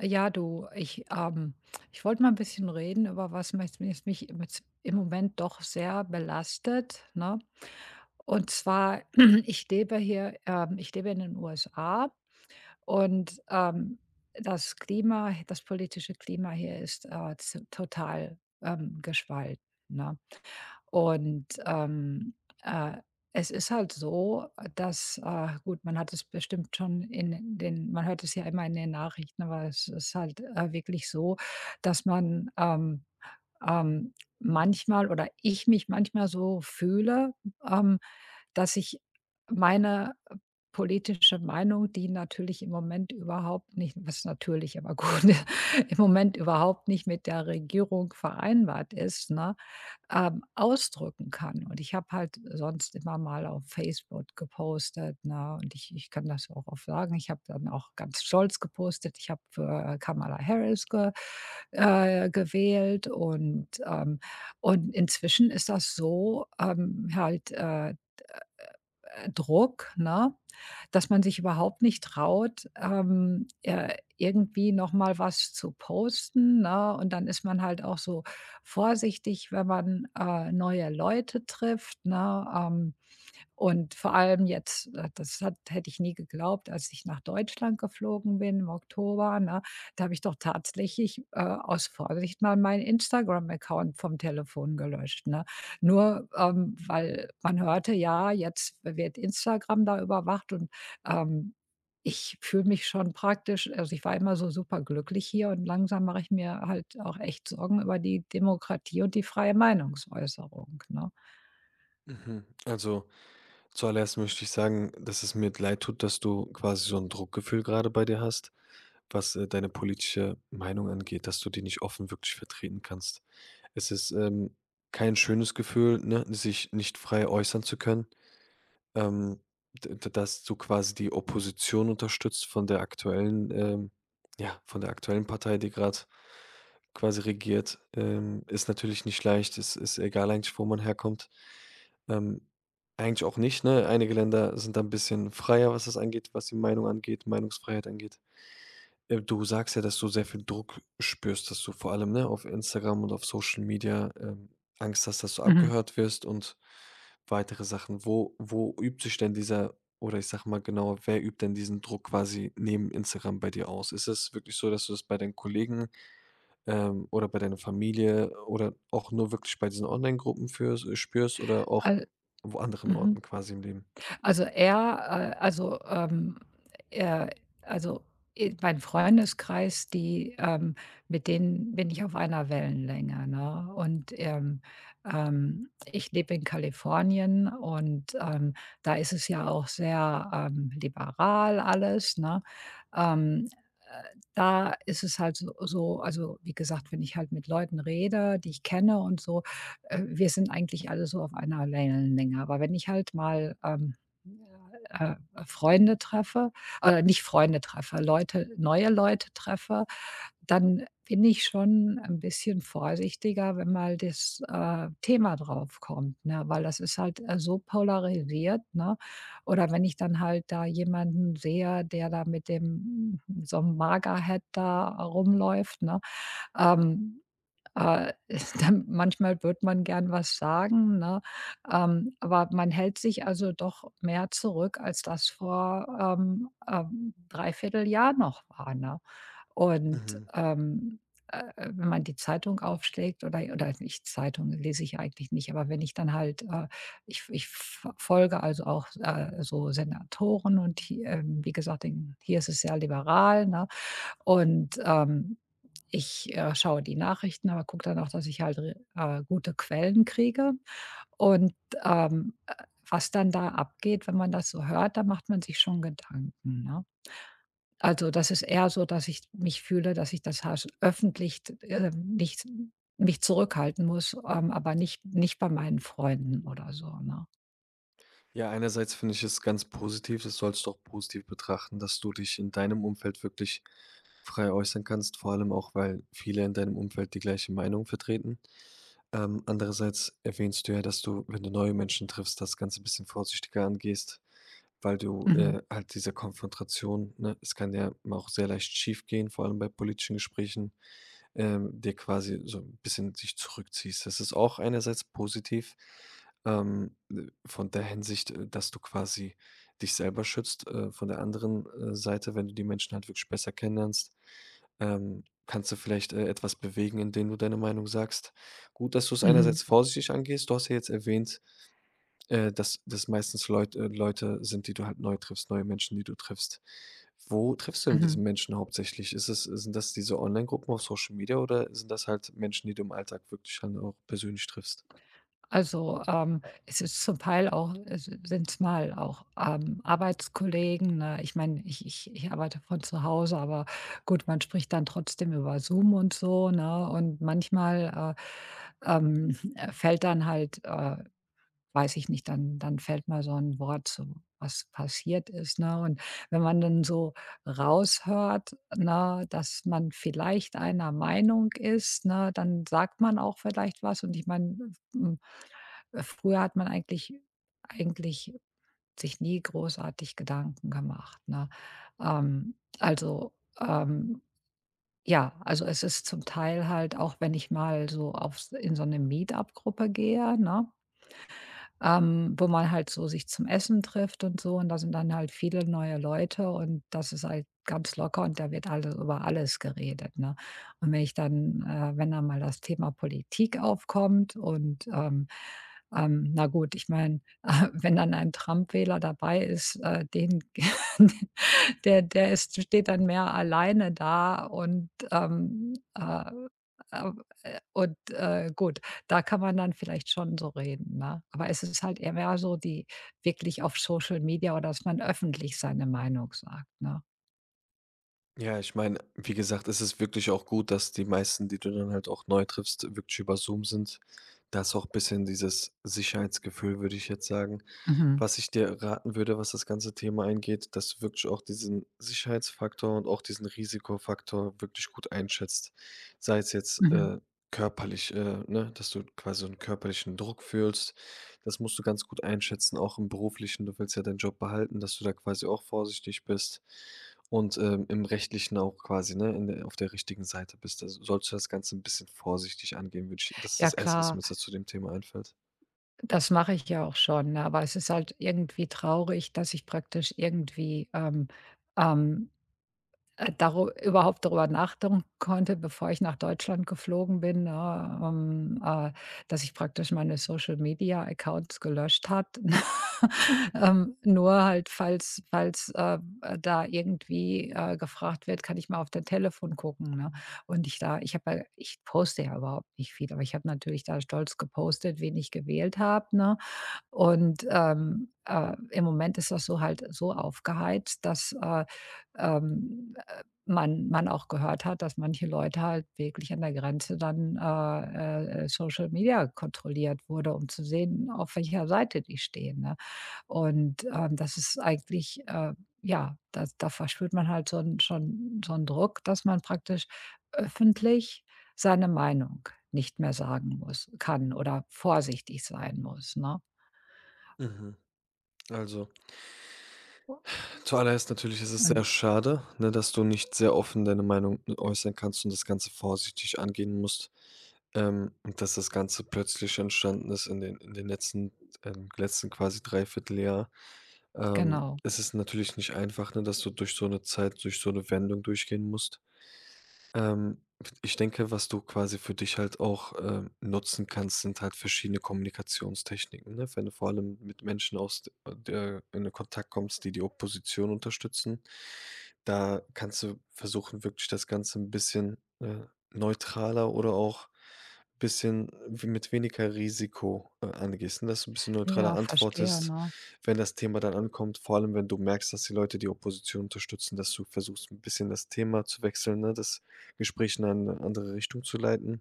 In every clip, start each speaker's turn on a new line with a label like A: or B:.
A: Ja, du, ich, ich wollte mal ein bisschen reden über was mich im im Moment doch sehr belastet, ne? Und zwar, ich lebe hier ich lebe in den USA und, das Klima das politische Klima hier ist, z total, gespalten, ne? Und, ähm, äh, Es ist halt so, dass gut, man hat es bestimmt schon in den man hört es ja immer in den Nachrichten, aber es ist halt, wirklich so, dass man, ähm, manchmal oder ich mich manchmal so fühle, ähm, dass ich meine politische Meinung, die natürlich im Moment überhaupt nicht was natürlich, aber gut, im Moment überhaupt nicht mit der Regierung vereinbart ist, ne? Ausdrücken kann. Und ich habe halt sonst immer mal auf Facebook gepostet, ne? Und ich kann das auch oft sagen. Ich habe dann auch ganz stolz gepostet. Ich habe für Kamala Harris ge gewählt und inzwischen ist das so, halt, Druck, ne? Dass man sich überhaupt nicht traut, irgendwie noch mal was zu posten, ne? Und dann ist man halt auch so vorsichtig, wenn man, neue Leute trifft, ne? Und vor allem jetzt, das hat hätte ich nie geglaubt, als ich nach Deutschland geflogen bin im Oktober, ne? Da habe ich doch tatsächlich, aus Vorsicht mal meinen Instagram-Account vom Telefon gelöscht, ne? Nur, weil man hörte, ja, jetzt wird Instagram da überwacht und, ähm, ich fühle mich schon praktisch also, ich war immer so super glücklich hier und langsam mache ich mir halt auch echt Sorgen über die Demokratie und die freie Meinungsäußerung, ne?
B: Mhm. Also, zuallererst möchte ich sagen, dass es mir leid tut, dass du quasi so ein Druckgefühl gerade bei dir hast, was, deine politische Meinung angeht, dass du die nicht offen wirklich vertreten kannst. Es ist, kein schönes Gefühl, ne, sich nicht frei äußern zu können, ähm, d d dass du quasi die Opposition unterstützt von der aktuellen, ja, von der aktuellen Partei, die gerade quasi regiert, ist natürlich nicht leicht. Es ist egal eigentlich, wo man herkommt. Ähm, eigentlich auch nicht, ne? Einige Länder sind da ein bisschen freier, was das angeht, was die Meinung angeht, Meinungsfreiheit angeht. Du sagst ja, dass du sehr viel Druck spürst, dass du vor allem, ne, auf Instagram und auf Social Media, Angst hast, dass du
A: Mhm.
B: abgehört wirst und weitere Sachen. Wo übt sich denn dieser oder ich sage mal genauer, wer übt denn diesen Druck quasi neben Instagram bei dir aus? Ist es wirklich so, dass du das bei deinen Kollegen oder bei deiner Familie oder auch nur wirklich bei diesen Online-Gruppen führst spürst oder auch
A: Al
B: wo anderen
A: mhm.
B: Orten quasi im Leben?
A: Also, äh, also, mein Freundeskreis, die, mit denen bin ich auf einer Wellenlänge, ne? Und, ich lebe in Kalifornien und, da ist es ja auch sehr, liberal alles, ne? Ähm, äh, Da ist es halt so also, wie gesagt, wenn ich halt mit Leuten rede, die ich kenne und so, wir sind eigentlich alle so auf einer Wellenlänge. Aber wenn ich halt mal, ja, Freunde treffe nicht Freunde treffe, Leute neue Leute treffe, dann bin ich schon ein bisschen vorsichtiger, wenn mal das, Thema drauf kommt, ne, weil das ist halt, so polarisiert, ne? Oder wenn ich dann halt da jemanden sehe, der da mit dem so 'nem Magerhead da rumläuft, ne? Ähm äh, dann manchmal wird man gern was sagen, ne? Aber man hält sich also doch mehr zurück, als das vor, 3 Jahr noch war, ne? Und,
B: Mhm.
A: ähm, wenn man die Zeitung aufschlägt oder nicht Zeitung lese ich eigentlich nicht, aber wenn ich dann halt, ich ich f folge also auch, so Senatoren und hi wie gesagt, in hier ist es sehr liberal, ne? Und, ich, schaue die Nachrichten, aber gucke dann auch, dass ich halt re gute Quellen kriege. Und, ähm, äh, was dann da abgeht, wenn man das so hört, da macht man sich schon Gedanken, ne? Also, das ist eher so, dass ich mich fühle, dass ich das hasch öffentlich t nicht mich zurückhalten muss, aber nicht bei meinen Freunden oder so, ne?
B: Ja, einerseits finde ich es ganz positiv, das sollst du auch positiv betrachten, dass du dich in deinem Umfeld wirklich frei äußern kannst, vor allem auch, weil viele in deinem Umfeld die gleiche Meinung vertreten. Andererseits erwähnst du ja, dass du, wenn du neue Menschen triffst, das Ganze ein bisschen vorsichtiger angehst, weil du
A: Mhm.
B: halt diese Konfrontation, ne, es kann ja auch sehr leicht schiefgehen, vor allem bei politischen Gesprächen, dir quasi so ein bisschen dich zurückziehst. Das ist auch einerseits positiv, von der Hinsicht, dass du quasi dich selber schützt. Von der anderen, Seite, wenn du die Menschen halt wirklich besser kennenlernst, kannst du vielleicht, etwas bewegen, indem du deine Meinung sagst. Gut, dass du es
A: Mhm.
B: einerseits vorsichtig angehst. Du hast ja jetzt erwähnt, dass das meistens Leute sind, die du halt neu triffst, neue Menschen, die du triffst. Wo triffst du denn diese
A: Mhm.
B: Menschen hauptsächlich? Ist es sind das diese Online-Gruppen auf Social Media oder sind das halt Menschen, die du im Alltag wirklich dann auch persönlich triffst?
A: Also, es ist zum Teil auch sind es mal auch, Arbeitskollegen, ne? Ich meine, ich arbeite von zu Hause, aber gut, man spricht dann trotzdem über Zoom und so, ne? Und manchmal, äh, ähm, fällt dann halt, weiß ich nicht, dann fällt mal so ein Wort zu, was passiert ist, ne? Und wenn man dann so raushört, ne, dass man vielleicht einer Meinung ist, ne, dann sagt man auch vielleicht was und ich meine, hm früher hat man eigentlich sich nie großartig Gedanken gemacht, ne? Ähm, also, ähm, ja, also, es ist zum Teil halt auch, wenn ich mal so auf in so eine meetup gruppe gehe, ne? Wo man halt so sich zum Essen trifft und so und da sind dann halt viele neue Leute und das ist halt ganz locker und da wird alles über alles geredet, ne? Und wenn ich dann wenn dann mal das Thema Politik aufkommt und, na gut, ich meine, wenn dann ein Trump-Wähler dabei ist, den Der der ist steht dann mehr alleine da äh, und, gut, da kann man dann vielleicht schon so reden, ne? Aber es ist halt eher mehr so die wirklich auf Social Media oder dass man öffentlich seine Meinung sagt, ne?
B: Ja, ich meine, wie gesagt, es ist wirklich auch gut, dass die meisten, die du dann halt auch neu triffst, wirklich über Zoom sind. Da ist auch ein bisschen dieses Sicherheitsgefühl, würde ich jetzt sagen.
A: Mhm,
B: Was ich dir raten würde, was das ganze Thema eingeht, dass du wirklich auch diesen Sicherheitsfaktor und auch diesen Risikofaktor wirklich gut einschätzt. Sei es jetzt
A: mhm.
B: körperlich, ne, dass du quasi so einen körperlichen Druck fühlst das musst du ganz gut einschätzen, auch im Beruflichen. Du willst ja deinen Job behalten, dass du da quasi auch vorsichtig bist und, im Rechtlichen auch quasi, ne, in der auf der richtigen Seite bist. Also, sollst du das Ganze ein bisschen vorsichtig angehen, würde ich das ist
A: Ja
B: das Erste, was mir
A: klar,
B: jetzt zu dem Thema einfällt.
A: das mache ich ja auch schon, ne? Aber es ist halt irgendwie traurig, dass ich praktisch irgendwie, ähm daru überhaupt darüber nachdenken konnte, bevor ich nach Deutschland geflogen bin, ne, dass ich praktisch meine Social-Media-Accounts gelöscht hat. Nur halt, falls da irgendwie, gefragt wird: „Kann ich mal auf dein Telefon gucken“, ne? Und ich habe ja ich poste ja überhaupt nicht viel, aber ich habe natürlich da stolz gepostet, wen ich gewählt habe, ne? Und, im Moment ist das so halt so aufgeheizt, dass, ähm, äh, man auch gehört hat, dass manche Leute halt wirklich an der Grenze dann, Social Media kontrolliert wurde, um zu sehen, auf welcher Seite die stehen, ne? Und, das ist eigentlich, ja, da verspürt man halt so 'n schon so einen Druck, dass man praktisch öffentlich seine Meinung nicht mehr sagen muss kann oder vorsichtig sein muss, ne?
B: Mhm. Also, zuallererst natürlich ist es sehr
A: Und
B: schade, ne, dass du nicht sehr offen deine Meinung äußern kannst und das Ganze vorsichtig angehen musst, und dass das Ganze plötzlich entstanden ist in den letzten letzten quasi Dreivierteljahr.
A: genau.
B: Es ist natürlich nicht einfach, ne, dass du durch so eine Zeit durch so eine Wendung durchgehen musst. Ähm, ich denke, was du quasi für dich halt auch, nutzen kannst, sind halt verschiedene Kommunikationstechniken, ne? Wenn du vor allem mit Menschen aus d der in den Kontakt kommst, die die Opposition unterstützen, da kannst du versuchen, wirklich das Ganze ein bisschen, neutraler oder auch ein bisschen w mit weniger Risiko, angehst, ne? Dass du ein bisschen neutraler
A: Ja, verstehe,
B: antwortest,
A: ne?
B: wenn das Thema dann ankommt. Vor allem, wenn du merkst, dass die Leute die Opposition unterstützen, dass du versuchst, ein bisschen das Thema zu wechseln, ne? Das Gespräch in eine andere Richtung zu leiten,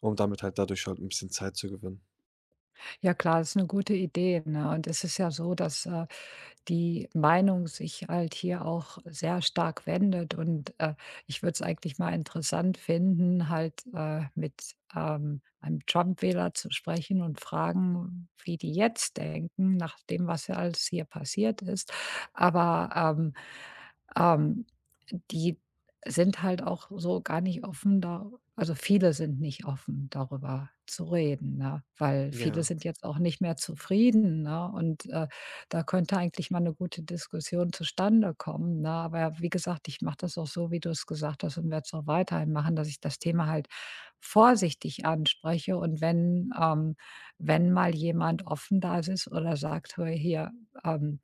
B: um damit halt dadurch halt ein bisschen Zeit zu gewinnen.
A: Ja klar, ist eine gute Idee, ne? Und es ist ja so, dass, die Meinung sich halt hier auch sehr stark wendet und, ich würde es eigentlich mal interessant finden, halt, mit, einem Trump-Wähler zu sprechen und fragen, wie die jetzt denken, nach dem, was ja alles hier passiert ist. Aber, ähm, die sind halt auch so gar nicht offen da also viele sind nicht offen, darüber zu reden, ne? Weil viele
B: Ja,
A: sind jetzt auch nicht mehr zufrieden, ne? Und, da könnte eigentlich mal eine gute Diskussion zustande kommen, ne? Aber wie gesagt, ich mache das auch so, wie du es gesagt hast und werde es auch weiterhin machen, dass ich das Thema halt vorsichtig anspreche und wenn wenn mal jemand offen da ist oder sagt: „Hör hier ähm“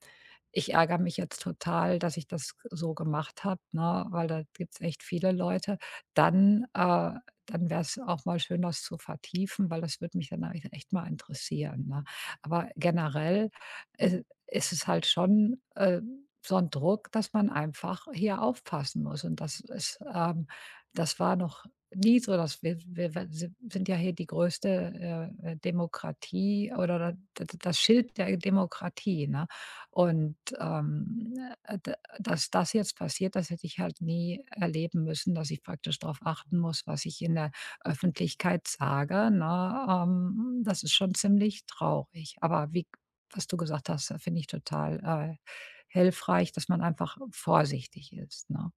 A: ich ärgere mich jetzt total, dass ich das so gemacht habe, ne, weil da gibt's echt viele Leute. Dann äh, Dann wäre es auch mal schön, das zu vertiefen, weil das würde mich dann eigentlich echt mal interessieren, ne? Aber generell, ist es halt schon, so ein Druck, dass man einfach hier aufpassen muss und das ist, das war noch nie so, dass wir wir wir si sind ja hier die größte, Demokratie oder da d das Schild der Demokratie, ne? Und, d dass das jetzt passiert, das hätte ich halt nie erleben müssen, dass ich praktisch darauf achten muss, was ich in der Öffentlichkeit sage, ne? Das ist schon ziemlich traurig. Aber wie was du gesagt hast, finde ich total, hilfreich, dass man einfach vorsichtig ist, ne?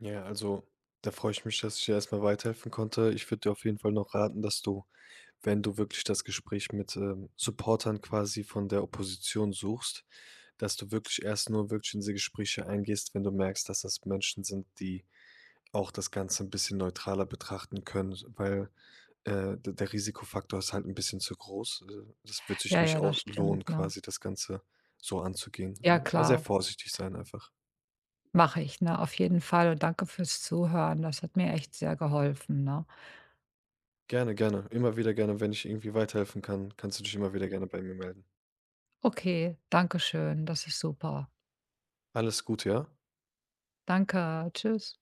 B: ja, also, da freue ich mich, dass ich dir erstmal weiterhelfen konnte. Ich würde dir auf jeden Fall noch raten, dass du, wenn du wirklich das Gespräch mit, Supportern quasi von der Opposition suchst, dass du wirklich erst nur wirklich in diese Gespräche eingehst, wenn du merkst, dass das Menschen sind, die auch das Ganze ein bisschen neutraler betrachten können, weil d der Risikofaktor ist halt ein bisschen zu groß. Das wird sich
A: Ja,
B: nicht
A: ja,
B: au
A: das
B: lohnen
A: stimmt, ne?
B: quasi, das Ganze so
A: Ja
B: anzugehen. Also sehr
A: klar,
B: vorsichtig sein einfach.
A: mache ich, ne, auf jeden Fall und danke fürs Zuhören. Das hat mir echt sehr geholfen, ne?
B: Gerne, gerne. Immer wieder gerne, wenn ich irgendwie weiterhelfen kann, kannst du dich immer wieder gerne bei mir melden.
A: Okay, danke schön, das ist super.
B: Alles Gute, ja?
A: Danke, tschüss.